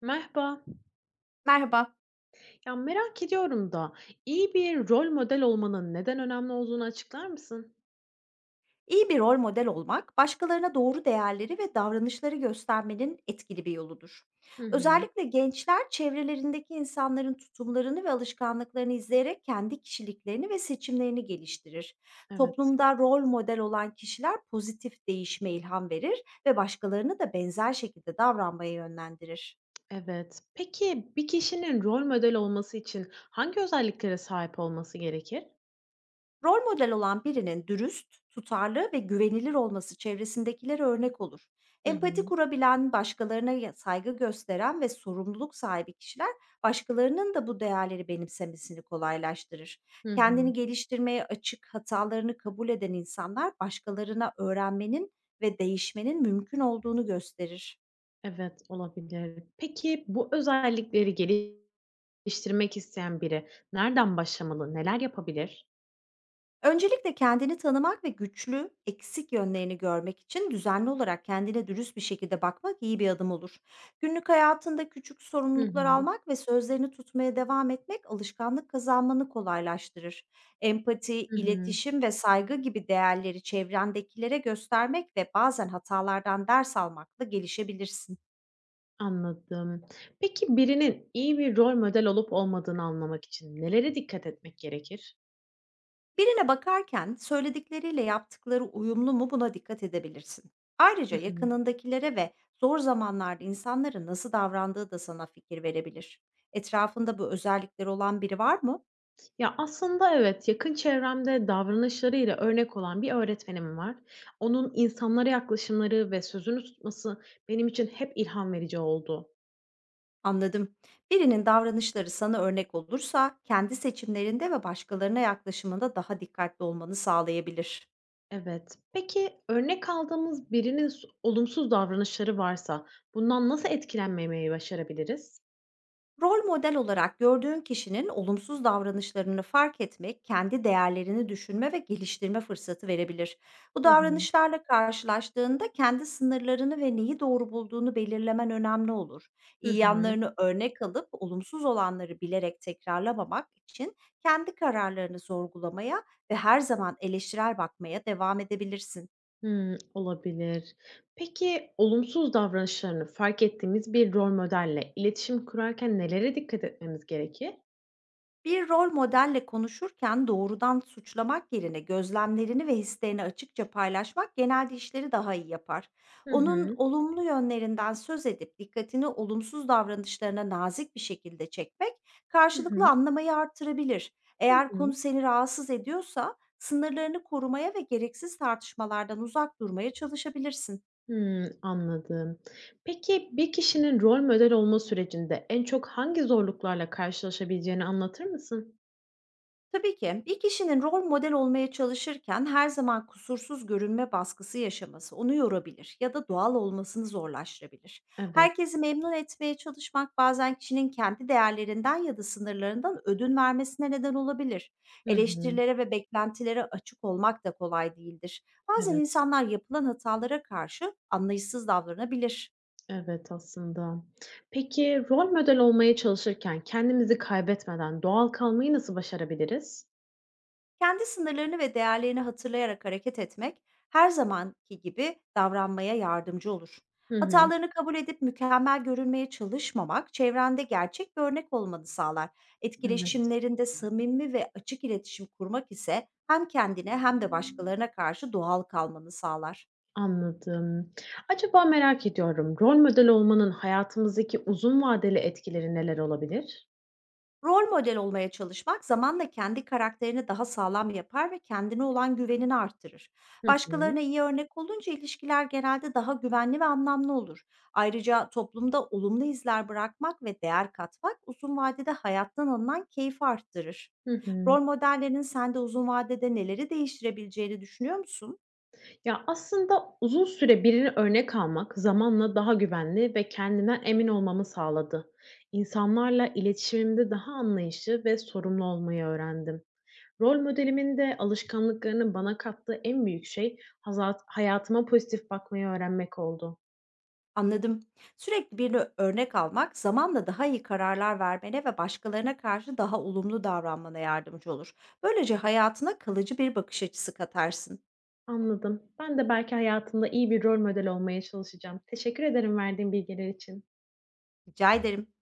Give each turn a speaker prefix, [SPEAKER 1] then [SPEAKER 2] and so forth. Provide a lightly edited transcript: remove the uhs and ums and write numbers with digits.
[SPEAKER 1] Merhaba.
[SPEAKER 2] Merhaba.
[SPEAKER 1] Ya merak ediyorum da iyi bir rol model olmanın neden önemli olduğunu açıklar mısın?
[SPEAKER 2] İyi bir rol model olmak, başkalarına doğru değerleri ve davranışları göstermenin etkili bir yoludur.
[SPEAKER 1] Hı hı.
[SPEAKER 2] Özellikle gençler çevrelerindeki insanların tutumlarını ve alışkanlıklarını izleyerek kendi kişiliklerini ve seçimlerini geliştirir.
[SPEAKER 1] Evet.
[SPEAKER 2] Toplumda rol model olan kişiler pozitif değişime ilham verir ve başkalarını da benzer şekilde davranmaya yönlendirir.
[SPEAKER 1] Evet. Peki bir kişinin rol model olması için hangi özelliklere sahip olması gerekir?
[SPEAKER 2] Rol model olan birinin dürüst, tutarlı ve güvenilir olması çevresindekilere örnek olur.
[SPEAKER 1] Hı
[SPEAKER 2] Empati
[SPEAKER 1] hı.
[SPEAKER 2] kurabilen, başkalarına saygı gösteren ve sorumluluk sahibi kişiler başkalarının da bu değerleri benimsemesini kolaylaştırır.
[SPEAKER 1] Hı hı.
[SPEAKER 2] Kendini geliştirmeye açık, hatalarını kabul eden insanlar başkalarına öğrenmenin ve değişmenin mümkün olduğunu gösterir.
[SPEAKER 1] Evet, olabilir. Peki bu özellikleri geliştirmek isteyen biri nereden başlamalı? Neler yapabilir?
[SPEAKER 2] Öncelikle kendini tanımak ve güçlü, eksik yönlerini görmek için düzenli olarak kendine dürüst bir şekilde bakmak iyi bir adım olur. Günlük hayatında küçük
[SPEAKER 1] Hı
[SPEAKER 2] sorumluluklar
[SPEAKER 1] hı.
[SPEAKER 2] almak ve sözlerini tutmaya devam etmek alışkanlık kazanmanı kolaylaştırır. Empati,
[SPEAKER 1] Hı hı.
[SPEAKER 2] iletişim ve saygı gibi değerleri çevrendekilere göstermek ve bazen hatalardan ders almakla gelişebilirsin.
[SPEAKER 1] Anladım. Peki birinin iyi bir rol model olup olmadığını anlamak için nelere dikkat etmek gerekir?
[SPEAKER 2] Birine bakarken söyledikleriyle yaptıkları uyumlu mu, buna dikkat edebilirsin.
[SPEAKER 1] Hı
[SPEAKER 2] Ayrıca
[SPEAKER 1] hı.
[SPEAKER 2] yakınındakilere ve zor zamanlarda insanlara nasıl davrandığı da sana fikir verebilir. Etrafında bu özellikleri olan biri var mı?
[SPEAKER 1] Ya aslında evet, yakın çevremde davranışlarıyla örnek olan bir öğretmenim var. Onun insanlara yaklaşımları ve sözünü tutması benim için hep ilham verici oldu.
[SPEAKER 2] Anladım. Birinin davranışları sana örnek olursa, kendi seçimlerinde ve başkalarına yaklaşımında daha dikkatli olmanı sağlayabilir.
[SPEAKER 1] Evet. Peki örnek aldığımız birinin olumsuz davranışları varsa bundan nasıl etkilenmemeyi başarabiliriz?
[SPEAKER 2] Rol model olarak gördüğün kişinin olumsuz davranışlarını fark etmek, kendi değerlerini düşünme ve geliştirme fırsatı verebilir. Bu
[SPEAKER 1] Hı hı.
[SPEAKER 2] davranışlarla karşılaştığında kendi sınırlarını ve neyi doğru bulduğunu belirlemen önemli olur.
[SPEAKER 1] Hı
[SPEAKER 2] İyi
[SPEAKER 1] hı.
[SPEAKER 2] yanlarını örnek alıp olumsuz olanları bilerek tekrarlamamak için kendi kararlarını sorgulamaya ve her zaman eleştirel bakmaya devam edebilirsin.
[SPEAKER 1] Hımm, olabilir. Peki, olumsuz davranışlarını fark ettiğimiz bir rol modelle iletişim kurarken nelere dikkat etmemiz gerekir?
[SPEAKER 2] Bir rol modelle konuşurken doğrudan suçlamak yerine gözlemlerini ve hislerini açıkça paylaşmak, genelde işleri daha iyi yapar.
[SPEAKER 1] Hı
[SPEAKER 2] Onun
[SPEAKER 1] hı.
[SPEAKER 2] olumlu yönlerinden söz edip dikkatini olumsuz davranışlarına nazik bir şekilde çekmek,
[SPEAKER 1] Hı
[SPEAKER 2] karşılıklı
[SPEAKER 1] hı.
[SPEAKER 2] anlamayı artırabilir.
[SPEAKER 1] Hı
[SPEAKER 2] Eğer
[SPEAKER 1] hı.
[SPEAKER 2] konu seni rahatsız ediyorsa, sınırlarını korumaya ve gereksiz tartışmalardan uzak durmaya çalışabilirsin.
[SPEAKER 1] Hımm, anladım. Peki, bir kişinin rol model olma sürecinde en çok hangi zorluklarla karşılaşabileceğini anlatır mısın?
[SPEAKER 2] Tabii ki bir kişinin rol model olmaya çalışırken her zaman kusursuz görünme baskısı yaşaması onu yorabilir ya da doğal olmasını zorlaştırabilir.
[SPEAKER 1] Evet.
[SPEAKER 2] Herkesi memnun etmeye çalışmak, bazen kişinin kendi değerlerinden ya da sınırlarından ödün vermesine neden olabilir.
[SPEAKER 1] Hı hı.
[SPEAKER 2] Eleştirilere ve beklentilere açık olmak da kolay değildir. Bazen
[SPEAKER 1] Evet.
[SPEAKER 2] insanlar yapılan hatalara karşı anlayışsız davranabilir.
[SPEAKER 1] Evet, aslında. Peki, rol model olmaya çalışırken kendimizi kaybetmeden doğal kalmayı nasıl başarabiliriz?
[SPEAKER 2] Kendi sınırlarını ve değerlerini hatırlayarak hareket etmek, her zamanki gibi davranmaya yardımcı olur.
[SPEAKER 1] Hı hı.
[SPEAKER 2] Hatalarını kabul edip mükemmel görünmeye çalışmamak, çevrende gerçek bir örnek olmanı sağlar.
[SPEAKER 1] Evet.
[SPEAKER 2] Etkileşimlerinde samimi ve açık iletişim kurmak ise hem kendine hem de başkalarına karşı doğal kalmanı sağlar.
[SPEAKER 1] Anladım. Acaba merak ediyorum, rol model olmanın hayatımızdaki uzun vadeli etkileri neler olabilir?
[SPEAKER 2] Rol model olmaya çalışmak, zamanla kendi karakterini daha sağlam yapar ve kendine olan güvenini arttırır.
[SPEAKER 1] Hı hı.
[SPEAKER 2] Başkalarına iyi örnek olunca ilişkiler genelde daha güvenli ve anlamlı olur. Ayrıca toplumda olumlu izler bırakmak ve değer katmak, uzun vadede hayattan alınan keyfi arttırır.
[SPEAKER 1] Hı hı.
[SPEAKER 2] Rol modellerinin sende uzun vadede neleri değiştirebileceğini düşünüyor musun?
[SPEAKER 1] Ya, aslında uzun süre birini örnek almak zamanla daha güvenli ve kendinden emin olmamı sağladı. İnsanlarla iletişimimde daha anlayışlı ve sorumlu olmayı öğrendim. Rol modelimin de alışkanlıklarının bana kattığı en büyük şey hazat hayatıma pozitif bakmayı öğrenmek oldu.
[SPEAKER 2] Anladım. Sürekli bir örnek almak, zamanla daha iyi kararlar vermene ve başkalarına karşı daha olumlu davranmana yardımcı olur. Böylece hayatına kalıcı bir bakış açısı katarsın.
[SPEAKER 1] Anladım. Ben de belki hayatımda iyi bir rol model olmaya çalışacağım. Teşekkür ederim verdiğin bilgiler için.
[SPEAKER 2] Rica ederim.